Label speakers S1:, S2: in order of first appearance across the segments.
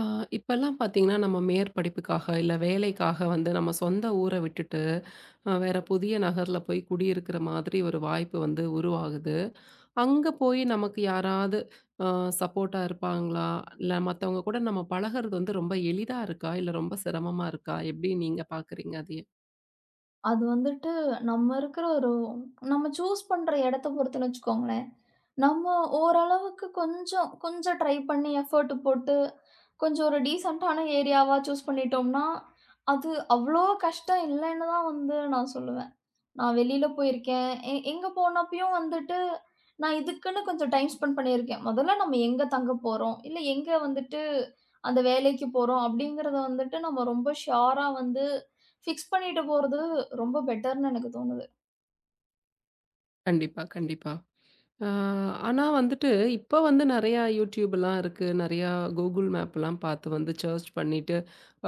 S1: ஆ, இப்பல்லாம் பார்த்தீங்கன்னா, நம்ம மேற்படிப்புக்காக, இல்ல வேலைக்காக வந்து நம்ம சொந்த ஊர விட்டுட்டு, வேற புதிய நகர்ல போய் குடியிருக்கிற மாதிரி ஒரு வாய்ப்பு வந்து உருவாகுது. அங்க போய் நமக்கு யாராவது அ சப்போர்ட்டா இருப்பாங்களா? இல்ல மத்தவங்க கூட நம்ம பழகுறது வந்து ரொம்ப எளிதா இருக்கா? இல்ல ரொம்ப சிரமமா இருக்கா? எப்படி நீங்க பார்க்குறீங்க அதைய?
S2: அது வந்துட்டு நம்ம இருக்கிற ஒரு நம்ம சூஸ் பண்ற இடத்த பொறுத்துன்னு வச்சுக்கோங்களேன். நம்ம ஓரளவுக்கு கொஞ்சம் கொஞ்சம் ட்ரை பண்ணி எஃபோர்ட் போட்டு, கொஞ்சம் ஒரு டீசென்ட்டான ஏரியாவா சூஸ் பண்ணிட்டோம்னா, அது அவ்ளோ கஷ்டம் இல்லன்னு தான் வந்து நான் சொல்லுவேன். நான் வெளியில போயிருக்கேன். எங்க போனப்பயும் வந்துட்டு, நான் இதுக்குன்னு கொஞ்சம் டைம் ஸ்பெண்ட் பண்ணியிருக்கேன். முதல்ல நம்ம எங்க தங்க போறோம், இல்ல எங்க வந்துட்டு அந்த வேலைக்கு போறோம் அப்படிங்கிறத வந்துட்டு நம்ம ரொம்ப ஷியூரா வந்து ஃபிக்ஸ் பண்ணிட்டு போறது ரொம்ப பெட்டர்ன்னு எனக்கு தோணுது.
S1: கண்டிப்பா, கண்டிப்பா. ஆ, ஆனா வந்துட்டு, இப்ப வந்து நெறையா YouTubeலாம் இருக்கு. நெறையா Google மேப்லாம் பார்த்து வந்து சர்ச் பண்ணிட்டு,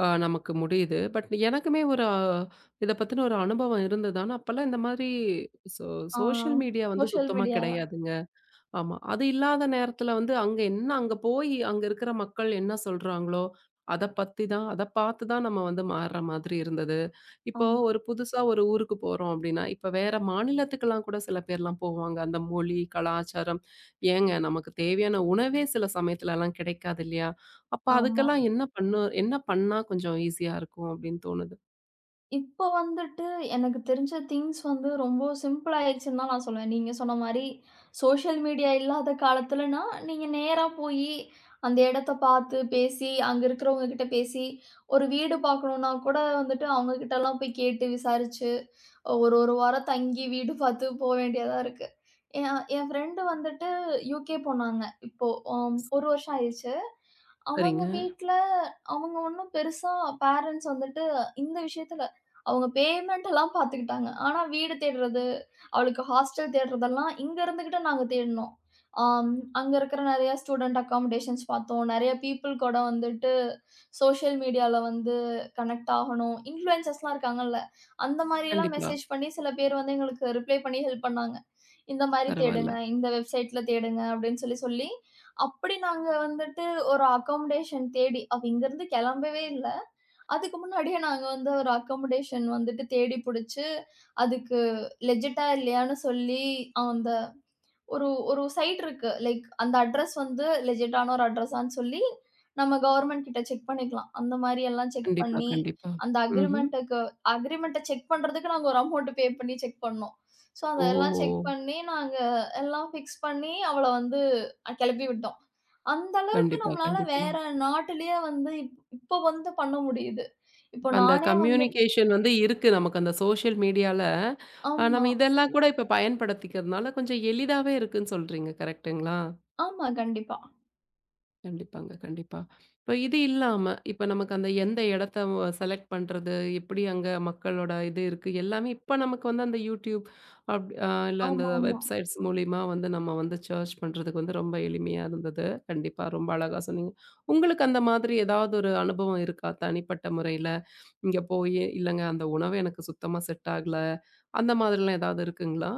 S1: அ நமக்கு முடியுது. பட் எனக்குமே ஒரு இத பத்தின ஒரு அனுபவம் இருந்தது. ஆனா, அப்பலாம் இந்த மாரி சோ
S2: ஆ,
S1: சோஷியல் மீடியா வந்து
S2: சோஷியல்
S1: சுத்தமா
S2: மீடியா.
S1: கிடையாதுங்க. ஆமா. அது இல்லாத நேரத்துல வந்து அங்க என்ன அங்க போய் அங்க இருக்கிற மக்கள் என்ன சொல்றாங்களோ, அத பத்தி தான் அத பார்த்து தான் நம்ம வந்து மாறுற மாதிரி இருந்தது. இப்போ
S2: ஆமா,
S1: ஒரு புதுசா ஒரு ஊருக்கு போறோம் அப்டின்னா, இப்ப வேற மாநிலத்துக்கெல்லாம் கூட சில பேர்லாம் போவாங்க. அந்த மொழி, கலாச்சாரம் ஏங்க நமக்கு தேவையான உணவே சில சமயத்துலலாம் கிடைக்காது இல்லையா? அப்ப
S2: ஆமா.
S1: அதுக்கெல்லாம் என்ன பண்ணா கொஞ்சம் ஈஸியா இருக்கும் அப்டின்னு தோணுது?
S2: இப்ப வந்துட்டு எனக்கு தெரிஞ்ச திங்ஸ் வந்து ரொம்ப சிம்பிள் ஆயிடுச்சுன்னு தான் நான் சொல்லுவேன். நீங்க சொன்ன மாரி சோசியல் மீடியா இல்லாத காலத்துலனா, நீங்க நேரா போயி அந்த இடத்த பார்த்து, பேசி, அங்க இருக்கிறவங்க கிட்ட பேசி, ஒரு வீடு பார்க்கணும்னா கூட வந்துட்டு அவங்க கிட்டலாம் போய் கேட்டு விசாரிச்சு, ஒரு 1 வாரம் தங்கி வீடு பார்த்து போ வேண்டியதா இருக்கு. என் என் ஃப்ரெண்டு வந்துட்டு யுகே போனாங்க. இப்போ 1 வருஷம் ஆயிருச்சு. அவங்க
S1: சரிங்க.
S2: வீட்ல அவங்க ஒண்ணும் பெருசா பேரன்ட்ஸ் வந்துட்டு இந்த விஷயத்துல அவங்க பேமெண்ட்டெல்லாம் பார்த்துக்கிட்டாங்க. ஆனா வீடு தேடுறது, அவளுக்கு ஹாஸ்டல் தேடுறதெல்லாம் இங்க இருந்துகிட்டு நாங்க தேடினோம். ஆம், அங்க இருக்கிற நெறைய ஸ்டூடண்ட் அக்காமடேஷன்ஸ் பார்த்தோம். நெறைய பீப்பிள் கூட வந்துட்டு சோஷியல் மீடியால வந்து கனெக்ட் ஆகணும். இன்ஃப்ளூயன்சர்ஸ்லாம் இருக்காங்கல்ல. அந்த மாரியெல்லாம்
S1: கண்டிப்பா.
S2: மெசேஜ் பண்ணி சில பேர் வந்து எங்களுக்கு ரிப்ளை பண்ணி ஹெல்ப் பண்ணாங்க. இந்த மாரி
S1: பரவால்ல.
S2: தேடுங்க, இந்த வெப்சைட்ல தேடுங்க அப்படின்னு சொல்லி சொல்லி, அப்படி நாங்க வந்துட்டு ஒரு அக்காமடேஷன் தேடி அவ இங்கருந்து கெளம்பவே இல்ல. அதுக்கு முன்னாடியே நாங்க வந்து ஒரு அக்காமடேஷன் வந்துட்டு தேடி புடிச்சு, அதுக்கு லெஜிட்டா இல்லையான்னு சொல்லி, அந்த ஒரு ஒரு சைட் இருக்கு. லைக் அந்த அட்ரஸ் வந்து லெஜிட்டான ஒரு அட்ரஸான்னு சொல்லி, நம்ம கவர்ன்மெண்ட் கிட்ட செக் பண்ணிக்கலாம். அந்த மாரி எல்லாம் செக்
S1: கண்டிப்பா,
S2: பண்ணி,
S1: கண்டிப்பா.
S2: அந்த
S1: ம்ஹ்ம்.
S2: அக்ரிமென்ட்டுக்கு அக்ரிமென்ட்ட செக் பண்றதுக்கு நாங்க ஒரு அமௌண்ட் பே பண்ணி செக் பண்ணோம். ஸோ
S1: ஓ!
S2: அதெல்லாம் செக் பண்ணி, நாங்க எல்லாம் ஃபிக்ஸ் பண்ணி, அவள வந்து கெளப்பி விட்டோம். அந்த அளவுக்கு
S1: கண்டிப்பா,
S2: நம்மளால
S1: கண்டிப்பா.
S2: வேற நாட்டிலேயே வந்து இப்போ வந்து பண்ண முடியுது. இப்போ
S1: இப்ப அந்த
S2: நானே வந்து
S1: கம்யூனிகேஷன் வந்து இருக்கு நமக்கு அந்த சோஷியல் மீடியால. அ
S2: ஆமா.
S1: நம்ம இதெல்லாம் கூட இப்ப பயன்படுத்திக்கிறதுனால கொஞ்சம் எளிதாவே இருக்குன்னு சொல்றீங்க. கரெக்ட்டுங்களா?
S2: ஆமா. கண்டிப்பா.
S1: கண்டிப்பாங்க, கண்டிப்பா. இப்ப இது இல்லாம, இப்ப நமக்கு அந்த எந்த இடத்த வ செலக்ட் பண்றது, எப்படி அங்க மக்களோட இது இருக்கு, எல்லாமே இப்ப நமக்கு வந்து அந்த YouTube அப் அ இல்ல அந்த
S2: ஆமாமா.
S1: வெப்சைட்ஸ் மூலியமா வந்து நம்ம வந்து சர்ச் பண்றதுக்கு வந்து ரொம்ப எளிமையா இருந்தது. கண்டிப்பா ரொம்ப அழகா சொன்னீங்க. உங்களுக்கு அந்த மாதிரி ஏதாவது ஒரு அனுபவம் இருக்கா தனிப்பட்ட முறையில? இங்க போயி, இல்லங்க அந்த உணவு எனக்கு சுத்தமா செட் ஆகல. அந்த மாதிரிலாம் ஏதாவது இருக்குங்களா?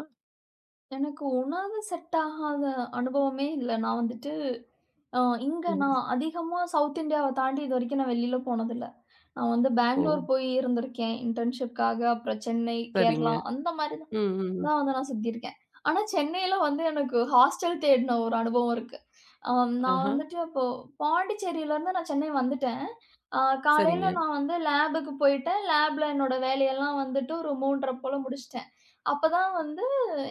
S2: எனக்கு உணவு செட் ஆகாத அனுபவமே இல்ல. நான் வந்துட்டு அ இங்க
S1: ம்.
S2: நான் அதிகமா சவுத் இந்தியாவ தாண்டி இதுவரைக்கும் நான் வெளில போனதில்ல. நான் வந்து
S1: ஓ!
S2: பெங்களூர் போய் இருந்திருக்கேன் இன்டர்ன்ஷிப்காக. அப்புறம் சென்னை,
S1: சரிங்க.
S2: கேரளா அந்த மாரி தான்
S1: ம், ம், ம்.
S2: தான் வந்து நான் சுத்தியிருக்கேன். ஆனா, சென்னையில வந்து எனக்கு ஹாஸ்டல் தேடின ஒரு அனுபவம் இருக்கு. ஆம், நான்
S1: ஆஹா.
S2: வந்துட்டு அப்போ பாண்டிச்சேரியிலருந்து நான் சென்னை வந்துட்டேன். அ காலையில
S1: சரிங்க.
S2: நான் வந்து லேபுக்கு போயிட்டேன். லேப்ல என்னோட வேலையெல்லாம் வந்துட்டு ஒரு 3:30 போல முடிச்சுட்டேன். அப்பதான் வந்து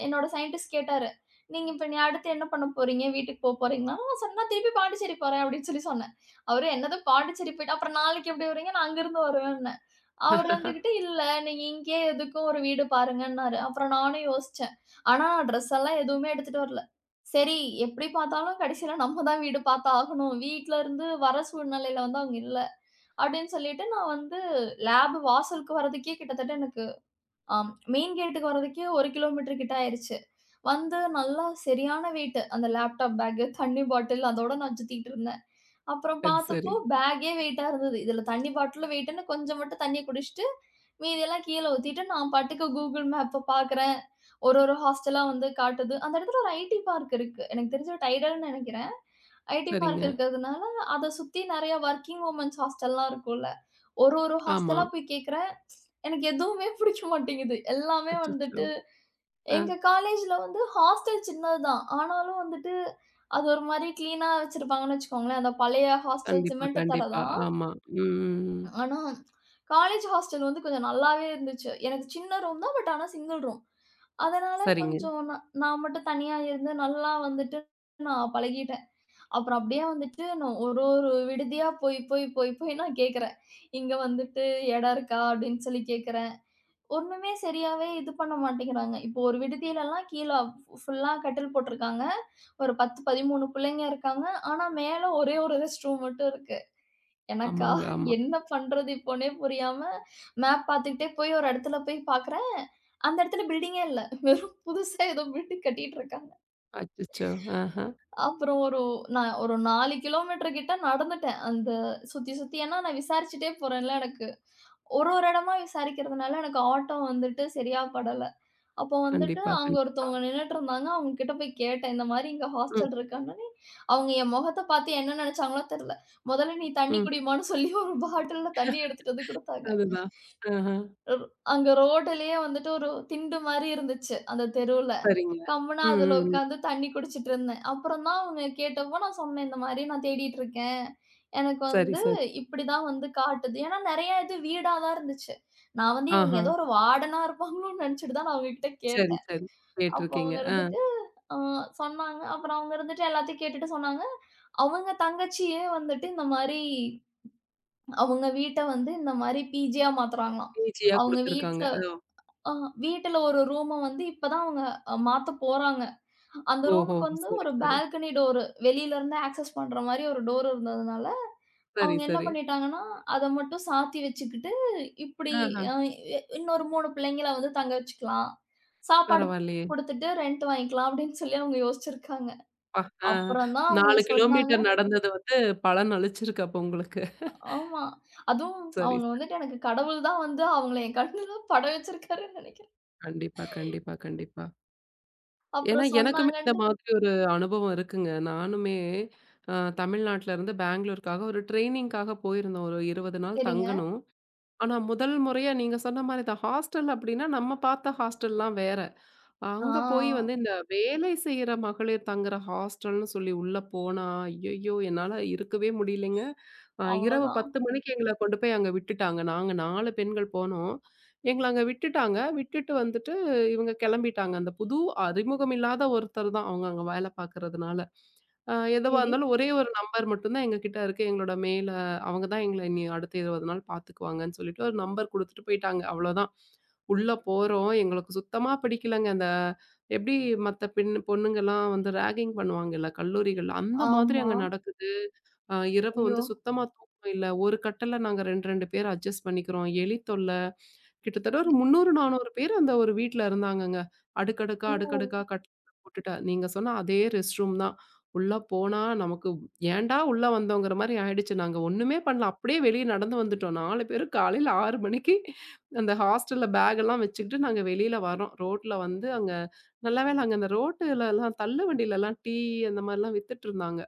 S2: என்னோட சயின்டிஸ்ட் கேட்டாரு. "நீங்க இப்ப நீ அடுத்து என்ன பண்ண போறீங்க? வீட்டுக்கு போறீங்களா?" நான் சொன்னேன், "நான் திருப்பி பாண்டிச்சேரி போறேன்" அப்படின்னு சொல்லி சொன்னேன். அவரு, "என்னது பாண்டிச்சேரி போயிட்டு அப்புறம் நாளைக்கு எப்படி வருவீங்க? நான் அங்கிருந்து வருவேன்." அவரு வந்துகிட்டு, "இல்ல நீங்க இங்கேயே எதுக்கும் ஒரு வீடு பாருங்கன்னாரு." அப்புறம் நானும் யோசிச்சேன். ஆனா ட்ரெஸ் எல்லாம் எதுவுமே எடுத்துட்டு வரல. சரி, எப்படி பார்த்தாலும் கடைசியில நம்ம தான் வீடு பார்த்து ஆகணும். வீட்ல இருந்து வர சூழ்நிலையில வந்து அவங்க இல்ல. அப்படின்னு சொல்லிட்டு நான் வந்து லேப் வாசலுக்கு வர்றதுக்கே கிட்டத்தட்ட எனக்கு அ மெயின் கேட்டுக்கு வர்றதுக்கே 1 கிலோமீட்டர் கிட்ட ஆயிருச்சு. வந்து நல்லா சரியான வெயிட்டு. அந்த லேப்டாப் பேக்கு, தண்ணி பாட்டில் அதோட நான் சுத்திட்டு இருந்தேன். அப்புறம்
S1: சரி, சரி.
S2: பார்த்தப்போ பேக்கே வெயிட்டா இருந்தது. இதுல தண்ணி பாட்டிலும் வெயிட்டுன்னு கொஞ்சம் மட்டும் தண்ணி குடிச்சுட்டு, மீதியெல்லாம் கீழ ஊத்திட்டு நான் பாட்டுக்கு Google மேப்ப பார்க்குறேன். ஒரு ஒரு ஹாஸ்டலா வந்து காட்டுது. அந்த இடத்துல ஒரு ஐடி பார்க் இருக்கு. எனக்கு தெரிஞ்சு டைடல்ன்னு நெனைக்கிறேன். ஐடி பார்க்
S1: சரிங்க.
S2: இருக்கிறதுனால அத சுத்தி நெறைய வொர்க்கிங் வுமன்ஸ் ஹாஸ்டல்லாம் இருக்கும்ல. ஒரு ஒரு
S1: ஆமா.
S2: ஹாஸ்டலா போய் கேட்கிறேன். எனக்கு எதுவுமே பிடிக்க மாட்டேங்குது. எல்லாமே
S1: அச்சச்சோ!
S2: வந்துட்டு
S1: ஆ.
S2: எங்க காலேஜ்ல வந்து ஹாஸ்டல் சின்னதுதான். ஆனாலும் வந்துட்டு அது ஒரு மாரி கிளீனா வச்சிருப்பாங்கன்னு வச்சுக்கோங்களேன். அந்த பழைய ஹாஸ்டல்
S1: கண்டிப்பா,
S2: சிமெண்ட் தரை
S1: கண்டிப்பா.
S2: தான்.
S1: ஆமா. ம், ம், ம்.
S2: ஆனா காலேஜ் ஹாஸ்டல் வந்து கொஞ்சம் நல்லாவே இருந்துச்சு. எனக்கு சின்ன ரூம் தான். பட் ஆனா சிங்கிள் ரூம். அதனால
S1: சரிங்க.
S2: கொஞ்சம் நான் நான் மட்டும் தனியா இருந்து நல்லா வந்துட்டு நான் பழகிட்டு அப்புறம் அப்படியே வந்துட்டு நான் ஒரு ஒரு விடுதியா போய் போய் போய் போய் நான் கேட்குறேன். இங்க வந்துட்டு இடம் இருக்கா? அப்படின்னு சொல்லி கேட்குறேன். ஒண்ணுமே சரியாவே இது பண்ண மாட்டேங்கிறாங்க. இப்போ ஒரு விடுதியிலலாம் கீழ ஃபுல்லா கட்டில் போட்டிருக்காங்க. ஒரு 10, 13 பிள்ளைங்க இருக்காங்க. ஆனா மேல ஒரே ஒரு ரெஸ்ட் ரூம் மட்டும் இருக்கு. எனக்கா
S1: ஆமாங்க, ஆமா.
S2: என்ன பண்றது இப்போன்னே புரியாம மேப் பார்த்துக்கிட்டே போய் ஒரு இடத்துல போய் பார்க்குறேன். அந்த இடத்துல பில்டிங்கே இல்ல. வெறும் புதுசா ஏதோ பில்டிங் கட்டிட்டு இருக்காங்க.
S1: அச்சச்சோ! ஆஹா.
S2: அப்புறம் ஒரு நான் ஒரு 4 கிலோமீட்டர் கிட்ட நடந்துட்டேன். அந்த சுத்தி, சுத்தி ஏன்னா நான் விசாரிச்சுட்டே போறேன்ல எனக்கு. ஒரு ஒரு இடமா விசாரிக்கிறதுனால எனக்கு ஆட்டோ வந்துட்டு சரியா படல. அப்போ வந்துட்டு
S1: கண்டிப்பா,
S2: அங்க
S1: கண்டிப்பா.
S2: ஒருத்தவங்க நின்னுட்டு இருந்தாங்க. அவங்க கிட்ட போய் கேட்டேன். இந்த மாரி இங்க
S1: ம்,
S2: ஹாஸ்டல் இருக்கான்னோனே, அவங்க என் முகத்த பார்த்து என்ன நெனச்சாங்களோ தெர்ல. முதல்ல நீ தண்ணி
S1: ம்.
S2: குடிம்மான்னு சொல்லி ஒரு பாட்டில்ல தண்ணி எடுத்துட்டு வந்து குடுத்தாங்க.
S1: அதுதான். ஆஹா.
S2: அங்க ரோட்டுலயே வந்துட்டு ஒரு திண்டு மாரி இருந்துச்சு அந்த தெருவுல.
S1: சரிங்க.
S2: கம்முனு
S1: ம்,
S2: அதுல
S1: ம், ம்.
S2: உட்காந்து தண்ணி குடிச்சிட்டு இருந்தேன். அப்புறம் தான் அவங்க கேட்டப்போ நான் சொன்னேன், இந்த மாரி நான் தேடிட்டு இருக்கேன். எனக்கு
S1: சரி,
S2: வந்து
S1: சரி.
S2: இப்படிதான் வந்து காட்டுது. ஏன்னா நெறைய இது வீடா தான் இருந்துச்சு. நான் வந்து இவங்க
S1: ஆஹா.
S2: ஏதோ ஒரு வார்டனா இருப்பாங்களோன்னு நெனச்சுட்டு தான் நான் அவங்ககிட்ட
S1: சரி,
S2: கேட்டேன்.
S1: சரி.
S2: அப்போ
S1: கேட்டுருக்கீங்க.
S2: அவங்க
S1: ஆ.
S2: இருந்துட்டு அ சொன்னாங்க. அப்புறம் அவங்க இருந்துட்டு எல்லாத்தையும் கேட்டுட்டு சொன்னாங்க. அவங்க தங்கச்சியே வந்துட்டு இந்த மாரி அவங்க வீட்ட வந்து இந்த மாரி பிஜியா மாத்துறாங்களாம்.
S1: ஈஸியா
S2: அவங்க
S1: குடுத்துருக்காங்க.
S2: வீட்ல
S1: ஓ!
S2: அ வீட்டுல ஒரு ரூம வந்து இப்ப தான் அவங்க மாத்த போறாங்க. அந்த
S1: ஓஹோ!
S2: ரூமுக்கு வந்து
S1: சரி,
S2: ஒரு
S1: சரி.
S2: Balcony door. வெளியிலருந்து ஆக்சஸ் பண்ற மாரி ஒரு டோர் இருந்ததுனால,
S1: சரி,
S2: அவங்க என்ன
S1: சரி.
S2: பண்ணிட்டாங்கன்னா, அத மட்டும் சாத்தி வச்சுக்கிட்டு, இப்டி
S1: ஆஹா.
S2: அ எ இன்னொரு 3 பிள்ளைங்கள வந்து தங்க வச்சுக்கலாம். சாப்பாடு
S1: பரவாயில்லையே!
S2: குடுத்துட்டு ரெண்ட் வாங்கிக்கலாம் அப்டின்னு சொல்லி அவங்க யோசிச்சிருக்காங்க.
S1: அப்பா! ஆ,
S2: அப்புறம் தான் அவங்க
S1: 4
S2: சொன்னாங்க.
S1: கிலோமீட்டர் நடந்தது வந்து பலன் அளிச்சிருக்கு அப்போ உங்களுக்கு.
S2: ஆமா. அதுவும்
S1: சரி,
S2: அவங்க
S1: சரி.
S2: வந்துட்டு எனக்கு கடவுள் தான் வந்து அவங்கள என் கண்ணுல பட வச்சிருக்காருன்னு நெனைக்கிறேன்.
S1: கண்டிப்பா, கண்டிப்பா, கண்டிப்பா. ஏன்னா
S2: அப்புறம்
S1: எனக்குமே இந்த
S2: சொன்னாங்கன்ட்டு
S1: மாதிரி ஒரு அனுபவம் இருக்குங்க. நானுமே அ தமிழ்நாட்டுல இருந்து பெங்களூருக்காக ஒரு ட்ரெய்னிங்க்காக போயிருந்தோம். ஒரு 20 நாள்
S2: சரிங்க.
S1: தங்கணும். ஆனா முதல் முறையா நீங்க சொன்ன மாரி இந்த ஹாஸ்டல் அப்டின்னா, நம்ம பார்த்த ஹாஸ்டல்லாம் வேற. அங்க போய்
S2: ஆ,
S1: வந்து இந்த வேலை செய்யற மகளிர் தங்குற ஹாஸ்டல்னு சொல்லி உள்ள போனா, ஐயய்யோ! என்னால இருக்கவே முடியலைங்க. இரவு
S2: அவ்வளோதான்.
S1: 10 மணிக்கு எங்கள கொண்டு போய் அங்க விட்டுட்டாங்க. நாங்க 4 பெண்கள் போனோம். எங்கள அங்க விட்டுட்டாங்க. விட்டுட்டு வந்துட்டு இவங்க கிளம்பிட்டாங்க. அந்த புது அறிமுகம் இல்லாத ஒருத்தர் தான் அவங்க அங்க வேலை பார்க்கறதுனால. எதுவா
S2: சரி.
S1: இருந்தாலும் ஒரே ஒரு நம்பர் மட்டும் தான் எங்ககிட்ட இருக்கு. எங்களோட மேல அவங்க தான் எங்கள இனி அடுத்த 20 நாள் பார்த்துக்குவாங்கன்னு சொல்லிட்டு ஒரு நம்பர் குடுத்துட்டு போயிட்டாங்க. அவ்வளோதான். உள்ள போறோம். எங்களுக்கு சுத்தமா பிடிக்கலங்க. அந்த எப்படி மத்த பெண் பொண்ணுங்கலாம் வந்து ராகிங் பண்ணுவாங்கல்ல கல்லூரிகள்ல. அந்த மாதிரி
S2: ஆமா.
S1: அங்க நடக்குது. இரவு
S2: ஐயோ!
S1: வந்து சுத்தமா தூக்கம் இல்ல. ஒரு கட்டில்ல நாங்க 2, 2 பேர் அட்ஜஸ்ட் பண்ணிக்கிறோம். எலி தொல்ல. கிட்டத்தட்ட ஒரு 300, 400 பேர் அந்த ஒரு வீட்ல இருந்தாங்கங்க. அடுக்கடுக்கா,
S2: ஓ!
S1: அடுக்கடுக்கா கட்டில்ல போட்டுட்டா நீங்க சொன்ன அதே ரெஸ்ட் ரூம் தான். உள்ள போனா நமக்கு ஏன்டா உள்ள வந்தோங்கிற மாரி ஆயிடுச்சு. நாங்க ஒண்ணுமே பண்ணல. அப்படியே வெளிய நடந்து வந்துட்டோம். 4 பேரும் காலையில 6 மணிக்கு அந்த ஹாஸ்டல்ல பேக் எல்லாம் வச்சுக்கிட்டு நாங்க வெளியில வர்றோம். ரோட்ல வந்து அங்க நல்ல வேளை அங்க அந்த ரோட்டுலலாம் தள்ளு வண்டியிலலாம் டீ அந்த மாரிலாம் வித்துட்டுருந்தாங்க.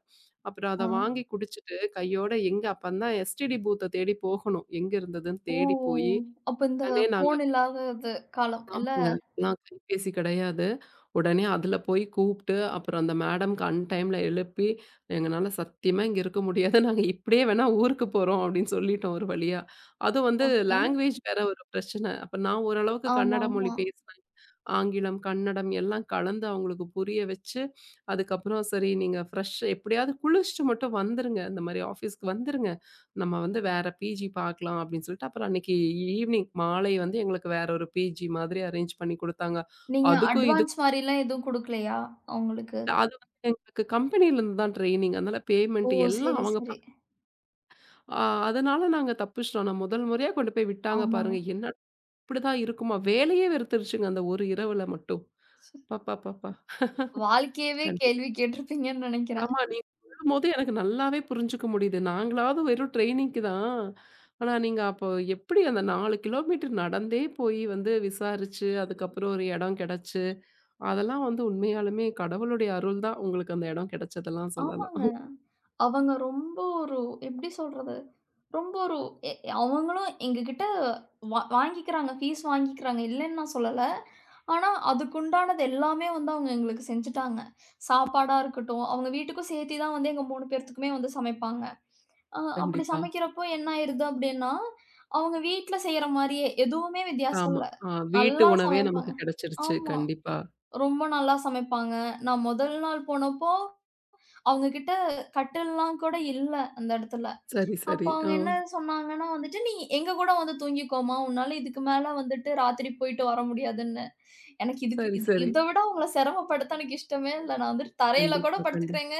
S1: அப்புறம் அத
S2: ஆ.
S1: வாங்கி குடிச்சிட்டு கையோட எங்க அப்பந்தான் எஸ்டிடி பூத்த தேடி போகணும். எங்க இருந்ததுன்னு
S2: ஓ!
S1: தேடி போயி,
S2: அப்ப இந்த
S1: உடனே நாங்க
S2: ஃபோன் இல்லாதது காலம் இல்ல?
S1: ஆமாங்க. இப்பலாம் கைபேசி கிடையாது. உடனே அதுல போய் கூப்ட்டு, அப்புறம் அந்த மேடம்க்கு அன் டைம்ல எழுப்பி, "எங்கனால சத்தியமா இங்க இருக்க முடியாது. நாங்க இப்படியே வேணா ஊருக்கு போறோம்" அப்படின்னு சொல்லிட்டோம் ஒரு வழியா. அதுவும் வந்து
S2: ஓகே.
S1: லாங்குவேஜ் வேற ஒரு பிரச்சனை. அப்ப நான் ஓரளவுக்கு
S2: ஆமா,
S1: கன்னட மொழி
S2: ஆமா.
S1: பேசுனேன். ஆங்கிலம், கன்னடம் எல்லாம் கலந்து அவங்களுக்கு புரிய வச்சு, அதுக்கப்புறம் சரி நீங்க ஃப்ரெஷ் எப்படியாவது குளிச்சுட்டு மட்டும் வந்துருங்க. இந்த மாரி ஆஃபீஸ்க்கு வந்துருங்க. நம்ம வந்து வேற பிஜி பார்க்கலாம் அப்படின்னு சொல்லிட்டு, அப்புறம் அன்னைக்கு ஈவ்னிங் மாலை வந்து எங்களுக்கு வேற ஒரு பிஜி மாதிரி அரேஞ்ச் பண்ணி குடுத்தாங்க.
S2: நீங்க
S1: அதுக்கும் இதுக்கும்
S2: அட்வான்ஸ் மாரிலாம் எதுவும் குடுக்கலையா அவங்களுக்கு?
S1: அது வந்து எங்களுக்கு கம்பெனியிலருந்து தான் ட்ரெய்னிங். அதனால
S2: ஓ!
S1: பேமெண்ட் எல்லாம்
S2: சரி,
S1: அவங்க பா
S2: சரி.
S1: அ அதனால நாங்க தப்பிச்சுட்டோம். நான் முதல் முறையா கொண்டு போய் விட்டாங்க
S2: ஆமாங்க.
S1: பாருங்க. என்னடா இப்படிதான் இருக்குமா? வேலையே வெறுத்துருச்சுங்க அந்த ஒரு இரவுல மட்டும். அப்பப்பப்பா!
S2: வாழ்க்கையவே
S1: கண்டிப்பா.
S2: கேள்வி கேட்டிருப்பீங்கன்னு நெனைக்கிறேன்.
S1: ஆமா. நீங்க சொல்லும்போது எனக்கு நல்லாவே புரிஞ்சுக்க முடியுது. நாங்களாவது வெறும் ட்ரெயினிங்க்கு தான். ஆனா, நீங்க அப்போ எப்படி அந்த 4 கிலோமீட்டர் நடந்தே போய் வந்து விசாரிச்சு, அதுக்கப்புறம் ஒரு இடம் கிடைச்சு, அதெல்லாம் வந்து உண்மையாலுமே கடவுளுடைய அருள் தான் உங்களுக்கு அந்த இடம் கிடைச்சதெல்லாம் சொல்லலாம்.
S2: ஆமாங்க. அவங்க ரொம்ப ஒரு எப்படி சொல்றது? ரொம்ப ஒரு எ எ- அவங்களும் எங்ககிட்ட வாங்கிக்கிறாங்க. ஃபீஸ் வாங்கிக்கிறாங்க. இல்லன்னு நான் சொல்லல. ஆனா, அதுக்குண்டானது எல்லாமே வந்து அவங்க எங்களுக்கு செஞ்சுட்டாங்க. சாப்பாடா இருக்கட்டும், அவங்க வீட்டுக்கும் சேர்த்தி தான் வந்து எங்க 3 பேர்த்துக்குமே வந்து சமைப்பாங்க. அ அப்படி
S1: கண்டிப்பா.
S2: சமைக்கிறப்போ என்ன ஆயிருது அப்படின்னா, அவங்க வீட்ல செய்ற மாரியே எதுவுமே வித்தியாசம்
S1: ஆமா.
S2: இல்ல.
S1: ஆ, வீட்டு
S2: நல்லா
S1: உணவே நமக்கு
S2: சமைப்பாங்க.
S1: கிடைச்சிருச்சு.
S2: ஆமா.
S1: கண்டிப்பா.
S2: ரொம்ப நல்லா சமைப்பாங்க. நான் முதல் நாள் போனப்போ அவங்க கிட்ட கட்டில்லாம் கூட இல்ல அந்த இடத்துல.
S1: சரி,
S2: அப்ப
S1: சரி.
S2: அவங்க
S1: ஓ!
S2: என்ன சொன்னாங்கன்னா வந்துட்டு, "நீ எங்க கூட வந்து தூங்கிக்கோமா! உன்னால இதுக்கு மேல வந்துட்டு ராத்திரி போயிட்டு வர முடியாதுன்னு." எனக்கு இதுக்கு
S1: சரி,
S2: இது
S1: சரி.
S2: இத விட உங்கள சிரமப்படுத்த எனக்கு இஷ்டமே இல்ல. நான் வந்துட்டு தரையில கூட
S1: கண்டிப்பா, கண்டிப்பா.
S2: படுத்துக்கிறேங்க.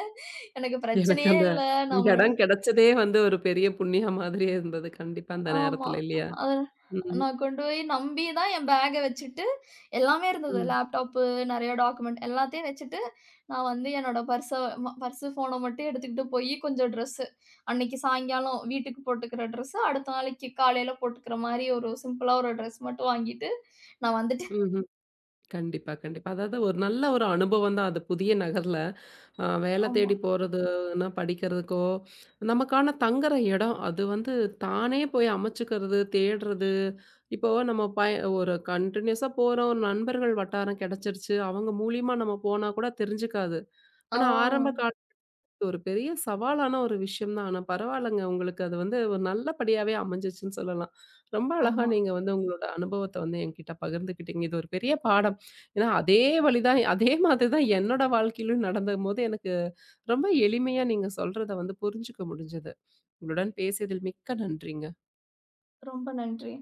S2: எனக்கு
S1: எனக்கு
S2: பிரச்சனையே
S1: அந்த
S2: இல்ல. நான் உங்களோட
S1: இடம் கிடைச்சதே வந்து ஒரு பெரிய புண்ணியம் மாதிரியே இருந்தது. கண்டிப்பா அந்த
S2: ஆமா.
S1: நேரத்துல இல்லையா?
S2: அது
S1: ம்,
S2: நான் கொண்டு போய் நம்பி தான் என் பேக்க வச்சுட்டு, எல்லாமே இருந்தது.
S1: ம்.
S2: லேப்டாப்பு, நெறைய டாக்குமெண்ட் எல்லாத்தையும் வச்சுட்டு, நான் வந்து என்னோட பர்ஸ பர்ஸு, ஃபோன மட்டும் எடுத்துக்கிட்டு போயி கொஞ்சம் ட்ரெஸ்ஸு, அன்னைக்கு சாயங்காலம் வீட்டுக்கு போட்டுக்கிற ட்ரெஸ்ஸு, அடுத்த நாளைக்கு காலையில போட்டுக்கிற மாரி ஒரு சிம்பிளா ஒரு ட்ரெஸ் மட்டும் வாங்கிட்டு, நான் வந்துட்டேன்.
S1: ம்ஹ்ம். கண்டிப்பா, கண்டிப்பா. அதாவது ஒரு நல்ல ஒரு அனுபவம் தான் அது புதிய நகர்ல. வேல
S2: ஆமா.
S1: தேடி போறதுன்னா படிக்கிறதுக்கோ, நமக்கான தங்குற இடம் அது வந்து தானே போய் அமைச்சுக்கிறது, தேடுறது. இப்போ நம்ம ஒரு கன்டினியூஸா போறோம். நண்பர்கள் வட்டாரம் கிடைச்சிருச்சு. அவங்க மூலியமா நம்ம போனா கூட தெரிஞ்சுக்காது.
S2: ஆ,
S1: ஆனா ஆரம்ப கால ஒரு பெரிய சவாலான ஒரு விஷயம் தான். ஆனா பரவாயில்லங்க. உங்களுக்கு அது வந்து ஒரு நல்லபடியாவே அமைஞ்சிச்சுன்னு சொல்லலாம். ரொம்ப அழகா
S2: ஆமா.
S1: நீங்க வந்து உங்களோட அனுபவத்த வந்து என்கிட்ட பகிர்ந்துக்கிட்டீங்க. இது ஒரு பெரிய பாடம். ஏன்னா அதே வழி தான் அதே மாதிரி தான் என்னோட வாழ்க்கையிலும் நடந்தபோது எனக்கு ரொம்ப எளிமையா நீங்க சொல்றத வந்து புரிஞ்சுக்க முடிஞ்சது. உங்களுடன் பேசியதில் மிக்க நன்றிங்க.
S2: ரொம்ப நன்றி.